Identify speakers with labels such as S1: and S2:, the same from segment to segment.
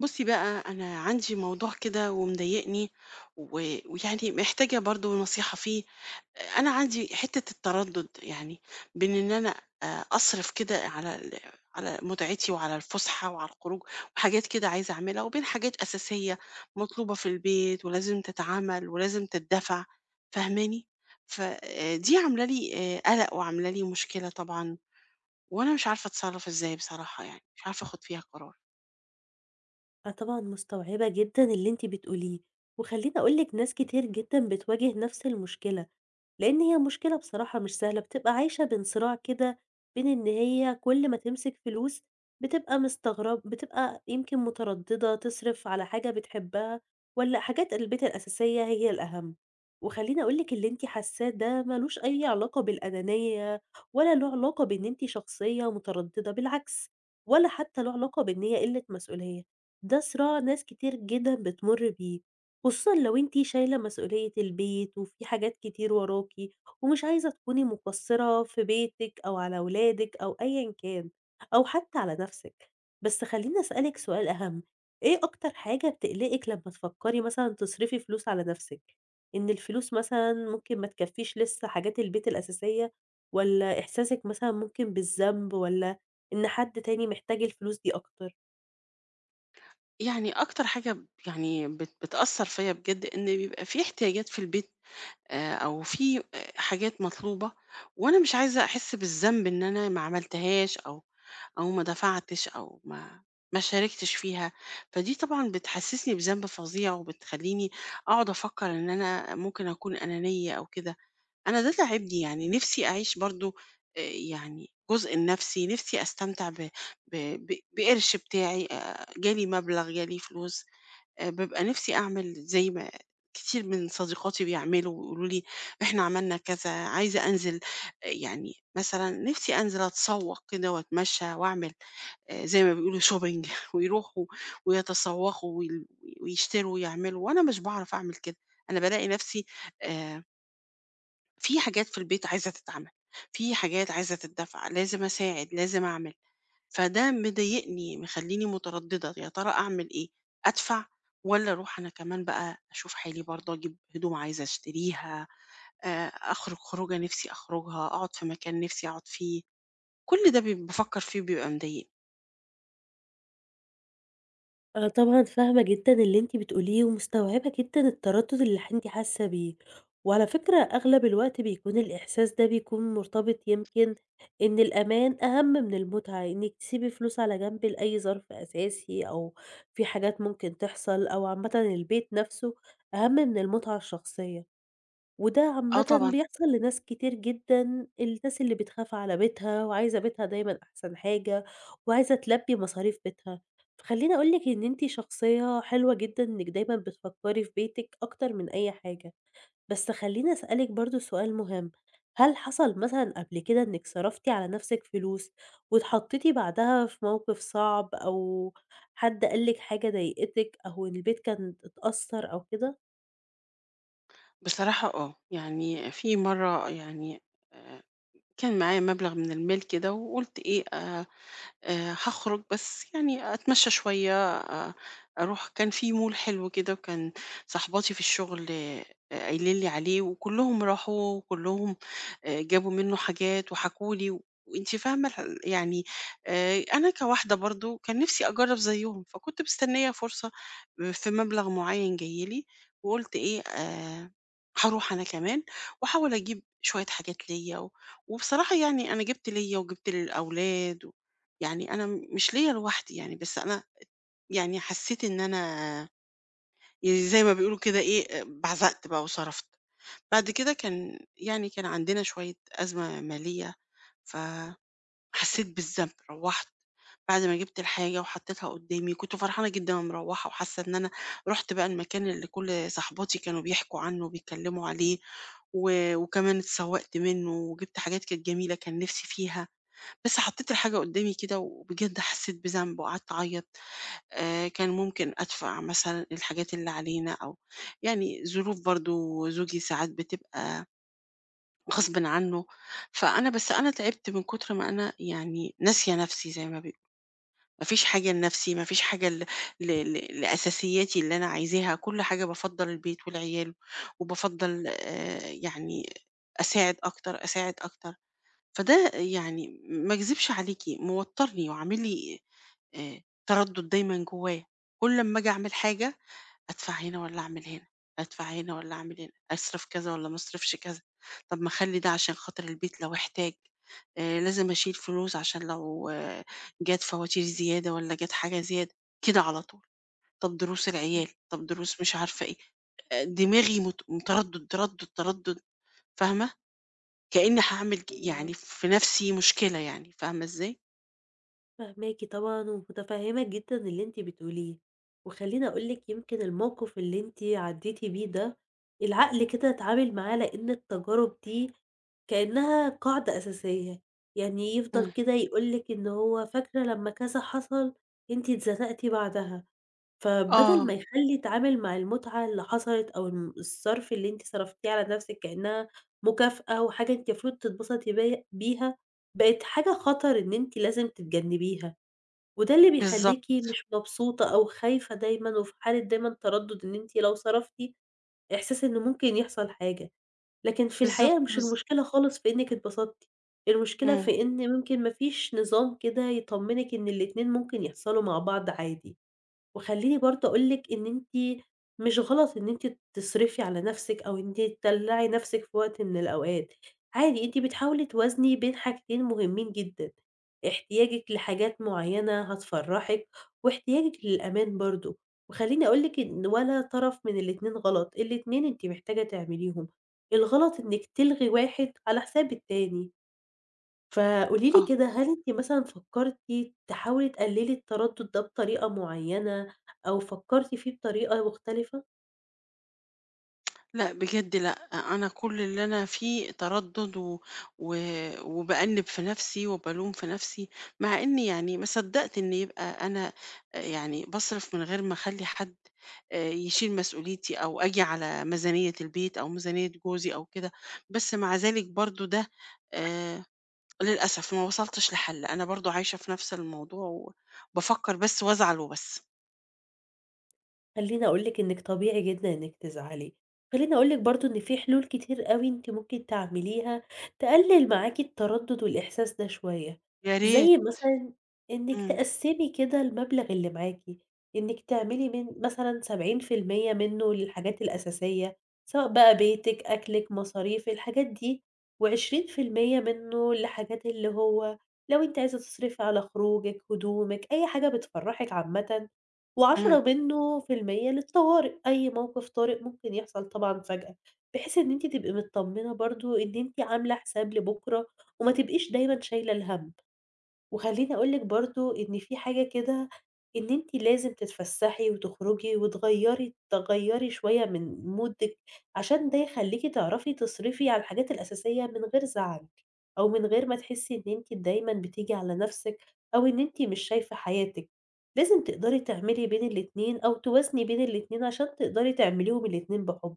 S1: بُصّي بقى، أنا عندي موضوع كده ومضايقني و ويعني محتاجة برضه نصيحة فيه. أنا عندي حتّة التردُّد يعني بين إن أنا أصرف كده على متعتي وعلى الفُسحة وعلى الخروج وحاجات كده عايزة أعملها، وبين حاجات أساسية مطلوبة في البيت ولازم تتعمل ولازم تتدفع، فاهماني؟ ف دي عاملة لي قَلَق وعاملة لي مشكلة طبعًا، وأنا مش عارفة أتصرّف إزاي بصراحة يعني، مش عارفة آخُد فيها قرار.
S2: آه، طبعًا مستوعبة جدًا اللي أنتِ بتقوليه، وخلّيني أقول لِك ناس كتير جدًا بتواجه نفس المشكلة، لإن هي مشكلة بصراحة مش سهلة، بتبقى عايشة بين صراع كده بين إن هي كل ما تمسك فلوس بتبقى مستغرب بتبقى يمكن مترددة تصرف على حاجة بتحبها والّا حاجات البيت الأساسية هي الأهم. وخلّيني أقول لِك اللي أنتِ حاساه ده ما لوش أي علاقة بالأنانية ولا له علاقة بإن أنتِ شخصية مترددة، بالعكس، ولا حتى له علاقة بإن هي قِلة مسؤولية، ده صراع ناس كتير جدًا بتمُر بيه. خصوصًا لو أنتِ شايلة مسؤولية البيت وفي حاجات كتير وراكِ، ومش عايزة تكوني مقصّرة في بيتِك أو على ولادِك أو أيًا كان، أو حتى على نفسِك. بس خلّيني أسألِك سؤال أهم، إيه أكتر حاجة بتقلقِك لمّا تفكّري مثلًا تصرفي فلوس على نفسِك؟ إن الفلوس مثلًا ممكن ما تكفّيش لسه حاجات البيت الأساسية، والّا إحساسِك مثلًا ممكن بالذنب، والّا إن حد تاني محتاج الفلوس دي أكتر؟
S1: يعني أكتر حاجة يعني بتأثر فيا بجد إن بيبقى في احتياجات في البيت أو في حاجات مطلوبة وأنا مش عايزة أحس بالذنب إن أنا ما عملتهاش أو ما دفعتش أو ما شاركتش فيها فدي طبعا بتحسسني بذنب فظيع وبتخليني أقعد أفكر إن أنا ممكن أكون أنانية أو كده أنا ده تاعبني، يعني نفسي أعيش برضه يعني جزء لنفسي، نفسي أستمتع ب ب ب بقرش بتاعي، جالي مبلغ، جالي فلوس، بابقى نفسي أعمل زي ما كتير من صديقاتي بيعملوا ويقولوا لي: "إحنا عملنا كذا." عايزة أنزل يعني مثلًا نفسي أنزل أتسوق كده وأتمشى وأعمل زي ما بيقولوا shopping ويروحوا ويتسوقوا ويشتروا ويعملوا، وأنا مش باعرف أعمل كده، أنا بالاقي نفسي آآ في حاجات في البيت عايزة تتعمل، في حاجات عايزة تتدفع، لازم أساعد، لازم أعمل، فده مضايقني، مخلّيني مترددة، يا ترى أعمل إيه؟ أدفع والّا أروح أنا كمان بقى أشوف حالي برضه أجيب هدوم عايزة أشتريها، أخرج خروجة نِفْسي أخرجها، أقعد في مكان نِفْسي أقعد فيه، كل ده بافكّر فيه وبيبقى مضايقني.
S2: أنا طبعًا فاهمة جدًا اللي أنتِ بتقوليه، ومستوعبة جدًا التردد اللي أنتِ حاسة بيه، وعلى فكرة أغلب الوقت بيكون الإحساس ده بيكون مرتبط يمكن إن الأمان أهم من المتعة، إنِّك تسيبي فلوس على جنب لأي ظرف أساسي أو في حاجات ممكن تحصل، أو عامةً البيت نفسه أهم من المتعة الشخصية. وده
S1: آه
S2: عامةً
S1: طبعًا،
S2: بيحصل لناس كتير جدًا، الناس اللي بتخاف على بيتها وعايزة بيتها دايمًا أحسن حاجة، وعايزة تلبّي مصاريف بيتها. فخلّيني أقول لِك إن أنتِ شخصية حلوة جدًا إنِّك دايمًا بتفكّري في بيتِك أكتر من أي حاجة. بس خلّيني أسألِك برضه سؤال مهم، هل حصل مثلًا قبل كده إنِّك صرفتِ على نَفْسِك فلوس واتحطّيتِ بعدها في موقف صعب أو حد قال لِك حاجة ضايقتِك أو البيت كان اتأثّر أو
S1: بصراحة يعني في مرّة يعني آآ كان معايا مبلغ من المال كده وقُلت إيه هاخرج بس يعني أتمشى شوية، أروح كان في mall حلو كده وكان صاحباتي في الشغل قايلين لي عليه، وكلّهم راحوا وكلّهم جابوا منّه حاجات وحكوا لي، وأنتِ فاهمة يعني أنا كواحدة برضه كان نِفْسي أجرّب زيّهم، فكنت مستنية فرصة في مبلغ معيّن جاي لي، وقُلت إيه هاروح أنا كمان وأحاول أجيب شوية حاجات ليّا، و وبصراحة يعني أنا جِبت ليّا وجِبت للأولاد. يعني أنا مش ليّا لوحدي يعني، بس أنا يعني حسّيت إن أنا يعني زي ما بيقولوا كده إيه، بعزقت بقى وصرفت. بعد كده كان يعني كان عندنا شوية أزمة مالية، فحسّيت بالذنب. روّحت بعد ما جِبت الحاجة وحطّيتها قدّامي، كنت فرحانة جدًا وأنا مروّحة وحاسّة إن أنا رُحت بقى المكان اللي كل صاحباتي كانوا بيحكوا عنه وبيتكلّموا عليه و وكمان اتسوّقت منّه وجِبت حاجات كانت جميلة كان نِفْسي فيها، بس حطّيت الحاجة قدّامي كده وبجد حسّيت بذنب وقعدت أعيّط. كان ممكن أدفع مثلًا الحاجات اللي علينا أو يعني ظروف برضه زوجي ساعات بتبقى غصبٍ عنّه، فأنا بس أنا تعبت من كتر ما أنا يعني ناسية نَفْسي زي ما بيقولوا، ما فيش حاجة لنَفْسي، ما فيش حاجة ل ل ل لأساسياتي اللي أنا عايزاها، كل حاجة بافضّل البيت والعيال وبافضّل يعني أساعد أكتر، أساعد أكتر، فده يعني ما أكذبش عليكِ موتّرني وعامل لي آآ تردُّد دايمًا جوّايا، كل أمّا آجي أعمل حاجة أدفع هنا والّا أعمل هنا، أدفع هنا والّا أعمل هنا، أصرف كذا والّا ما أصرفش كذا، طب ما أخلّي ده عشان خاطر البيت لو احتاج، لازم أشيل فلوس عشان لو جات فواتير زيادة والّا جات حاجة زيادة، كده على طول، طب دروس
S2: كده؟
S1: العيال، طب دروس مش عارفة إيه، دماغي متردد، تردد، تردد، فاهمة، كإني هاعمل يعني في نفسي مشكلة يعني، فاهمة إزاي؟
S2: فاهماكِ طبعًا، ومتفهمة جدًا اللي أنتِ بتقوليه، وخلّيني أقول لِك يمكن الموقف اللي أنتِ عديتِ بيه ده، العقل كده اتعامل معاه لأن التجارب دي كأنها قاعدة أساسية، يعني يفضل
S1: إمم،
S2: كده يقول لِك إن هو فاكرة لمّا كذا حصل أنتِ اتزنقتِ بعدها، فبدل
S1: آه،
S2: ما يخلّي يتعامل مع المتعة اللي حصلت أو الصرف اللي أنتِ صرفتيه على نفسِك كأنها مكافأة وحاجة أنتِ المفروض تتبسطي بيها، بقت حاجة خطر إن أنتِ لازم تتجنبيها. وده اللي
S1: بالضبط،
S2: بيخلّيكِ مش مبسوطة أو خايفة دايمًا، وفي حالة دايمًا تردُّد إن أنتِ لو صرفتِ إحساس إن ممكن يحصل حاجة، لكن في
S1: بالضبط،
S2: الحقيقة مش
S1: بالضبط،
S2: المشكلة خالص في إنِّك اتبسطتِ، المشكلة
S1: إمم،
S2: في إن ممكن ما فيش نظام كده يطمّنِك إن الاتنين ممكن يحصلوا مع بعض عادي. وخلّيني برضه أقول لِك إن أنتِ مش غلط إن أنتِ تصرفي على نَفْسِك أو إن أنتِ تدلّعي نَفْسِك في وقت من الأوقات، عادي أنتِ بتحاولي توازني بين حاجتين مهمين جدًا، احتياجِك لحاجات معيّنة هتفرّحِك واحتياجِك للأمان برضه، وخلّيني أقول لِك إن ولا طرف من الاتنين غلط، الاتنين أنتِ محتاجة تعمليهم، الغلط إنِّك تلغي واحد على حساب التاني. فقولي لي
S1: آه.
S2: كده، هل أنتِ مثلًا فكرتِ تحاولي تقللي التردد ده بطريقة معينة، أو فكرتِ فيه بطريقة مختلفة؟
S1: لأ بجد لأ، أنا كل اللي أنا فيه تردد و و وبأنِّب في نفسي وبالوم في نفسي، مع إني يعني ما صدّقت إن يبقى أنا يعني باصرف من غير ما أخلّي حد يشيل مسؤوليتي أو آجي على ميزانية البيت أو ميزانية جوزي أو كده، بس مع ذلك برضه ده آآ للأسف ما وصلتش لحل، أنا برضه عايشة في نفس الموضوع وبافكّر بس وازعل وبس.
S2: خلّيني أقول لِك إنِّك طبيعي جدًا إنِّك تزعلي، خلّيني أقول لِك برضه إن في حلول كتير أوي أنتِ ممكن تعمليها تقلل معاكِ التردد والإحساس ده شوية،
S1: يا ريت،
S2: زي مثلًا إنِّك
S1: إمم،
S2: تقسّمي كده المبلغ اللي معاكِ، إنِّك تعملي من مثلًا 70% منه للحاجات الأساسية، سواء بقى بيتِك، أكلِك، مصاريف، الحاجات دي، و20% منه لحاجات اللي هو لو أنتِ عايزة تصرفي على خروجِك، هدومِك، أي حاجة بتفرّحِك عامةً و10
S1: إمم،
S2: منه في المِيّة للطوارئ، أي موقف طارئ ممكن يحصل طبعًا فجأة، بحيث إن أنتِ تبقي متطمنة برضه إن أنتِ عاملة حساب لبُكرة، وما تبقيش دايمًا شايلة الهَم. وخلّيني أقول لِك برضه إن في حاجة كده، إن أنتِ لازم تتفسّحي وتخرجي وتغيّري شوية من مودِك، عشان ده يخلّيكِ تعرفي تصرفي على الحاجات الأساسية من غير زعل، أو من غير ما تحسّي إن أنتِ دايمًا بتيجي على نَفْسِك، أو إن أنتِ مش شايفة حياتِك. لازم تقدري تعملي بين الاتنين أو توازني بين الاتنين عشان تقدري تعمليهم الاتنين بحُب.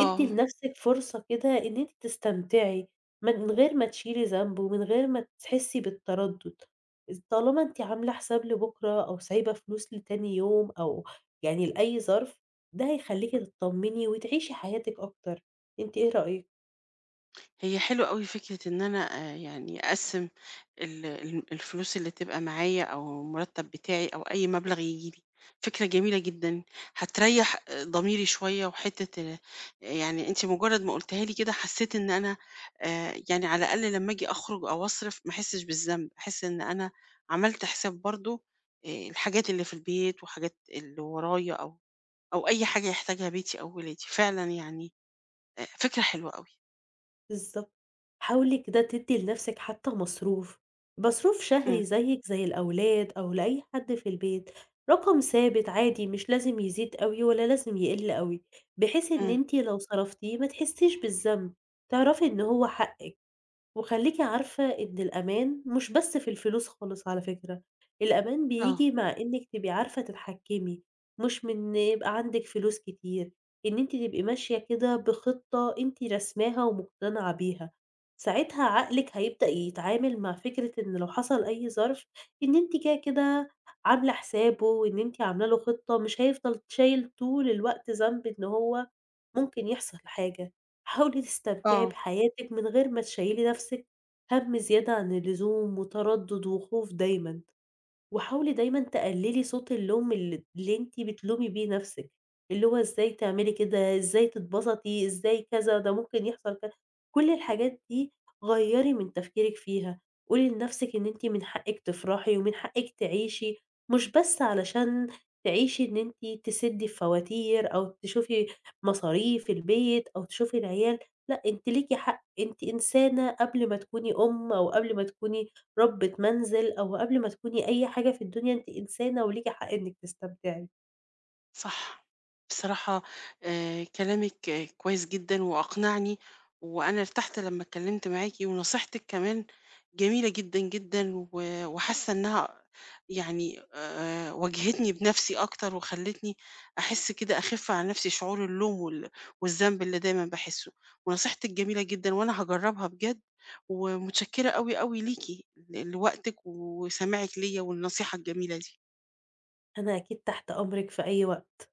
S2: ادّي لنَفْسِك فرصة كده إن أنتِ تستمتعي، من غير ما تشيلي ذنب ومن غير ما تحسّي بالتردُّد، إذ طالما أنتِ عاملة حساب لبُكرة أو سايبة فلوس لتاني يوم أو يعني لأي ظرف، ده هيخلّيكِ تطمّني وتعيشي حياتِك أكتر، أنتِ إيه رأيِك؟
S1: هي حلوة أوي فكرة إن أنا يعني أقسّم ال ال الفلوس اللي تبقى معايا أو المرتب بتاعي أو أي مبلغ ييجي لي، فكرة جميلة جدًا، هتريّح ضميري شوية وحتة يعني أنتِ مجرد ما قلتيها لي كده حسيت إن أنا يعني على الأقل لمّا آجي أخرج أو أصرف ما أحسش بالذنب، أحس إن أنا عملت حساب برضه الحاجات اللي في البيت وحاجات اللي ورايا أو أي حاجة يحتاجها بيتي أو ولادي، فعلًا يعني فكرة حلوة أوي.
S2: بالضبط. حاولي كده تدي لنفسِك حتى مصروف، مصروف
S1: إمم،
S2: شهري زيِّك زي الأولاد أو لأي حد في البيت، رقم ثابت عادي مش لازم يزيد أوي ولا لازم يقل أوي، بحيث إن
S1: إمم،
S2: أنتِ لو صرفتيه ما تحسيش بالذنب، تعرفي إن هو حقِّك. وخلّيكِ عارفة إن الأمان مش بس في الفلوس خالص على فكرة، الأمان
S1: آه.
S2: بييجي مع إنِّك تبقي عارفة تتحكمي، مش من إن يبقى عندِك فلوس كتير، إن أنتِ تبقي ماشية كده بخطة أنتِ راسماها ومقتنعة بيها، ساعتها عقلِك هيبدأ يتعامل مع فكرة إن لو حصل أي ظرف إن أنتِ كده، كده عاملة حسابه وإن أنتِ عاملة له خطة، مش هيفضل شايل طول الوقت ذنب إن هو ممكن يحصل حاجة. حاولي تستمتعي
S1: آه،
S2: بحياتِك من غير ما تشيّلي نَفْسِك هَم زيادة عن اللزوم وتردُّد وخوف دايمًا. وحاولي دايمًا تقللي صوت اللوم اللي أنتِ بتلومي بيه نفسِك، اللي هو إزاي تعملي كده، إزاي تتبسطي، إزاي كذا، ده ممكن يحصل كذا، كل الحاجات دي غيّري من تفكيرِك فيها، قولي لنفسِك إن أنتِ من حقِك تفرحي ومن حقِك تعيشي، مش بس علشان تعيشي إن أنتِ تسدي الفواتير أو تشوفي مصاريف البيت أو تشوفي العيال، لأ أنتِ ليكِ حق، أنتِ إنسانة قبل ما تكوني أم أو قبل ما تكوني ربِّة منزل أو قبل ما تكوني أي حاجة في الدنيا أنتِ إنسانة وليكِ حق إنِّك تستمتعي،
S1: صح. بصراحة كلامِك كويس جدًا وأقنعني، وأنا ارتحت لمّا اتكلمت معاكِ، ونصيحتِك كمان جميلة جدًا، جدًا، و وحاسة إنها يعني واجهتني بنفسي أكتر، وخلتني أحس كده أخف عن نفسي شعور اللوم والذنب اللي دايمًا باحسه. ونصيحتِك جميلة جدًا، وأنا هاجربها بجد، ومتشكرة أوي، أوي ليكِ لوقتِك وسماعِك ليّا والنصيحة الجميلة دي.
S2: أنا أكيد تحت أمرِك في أي وقت.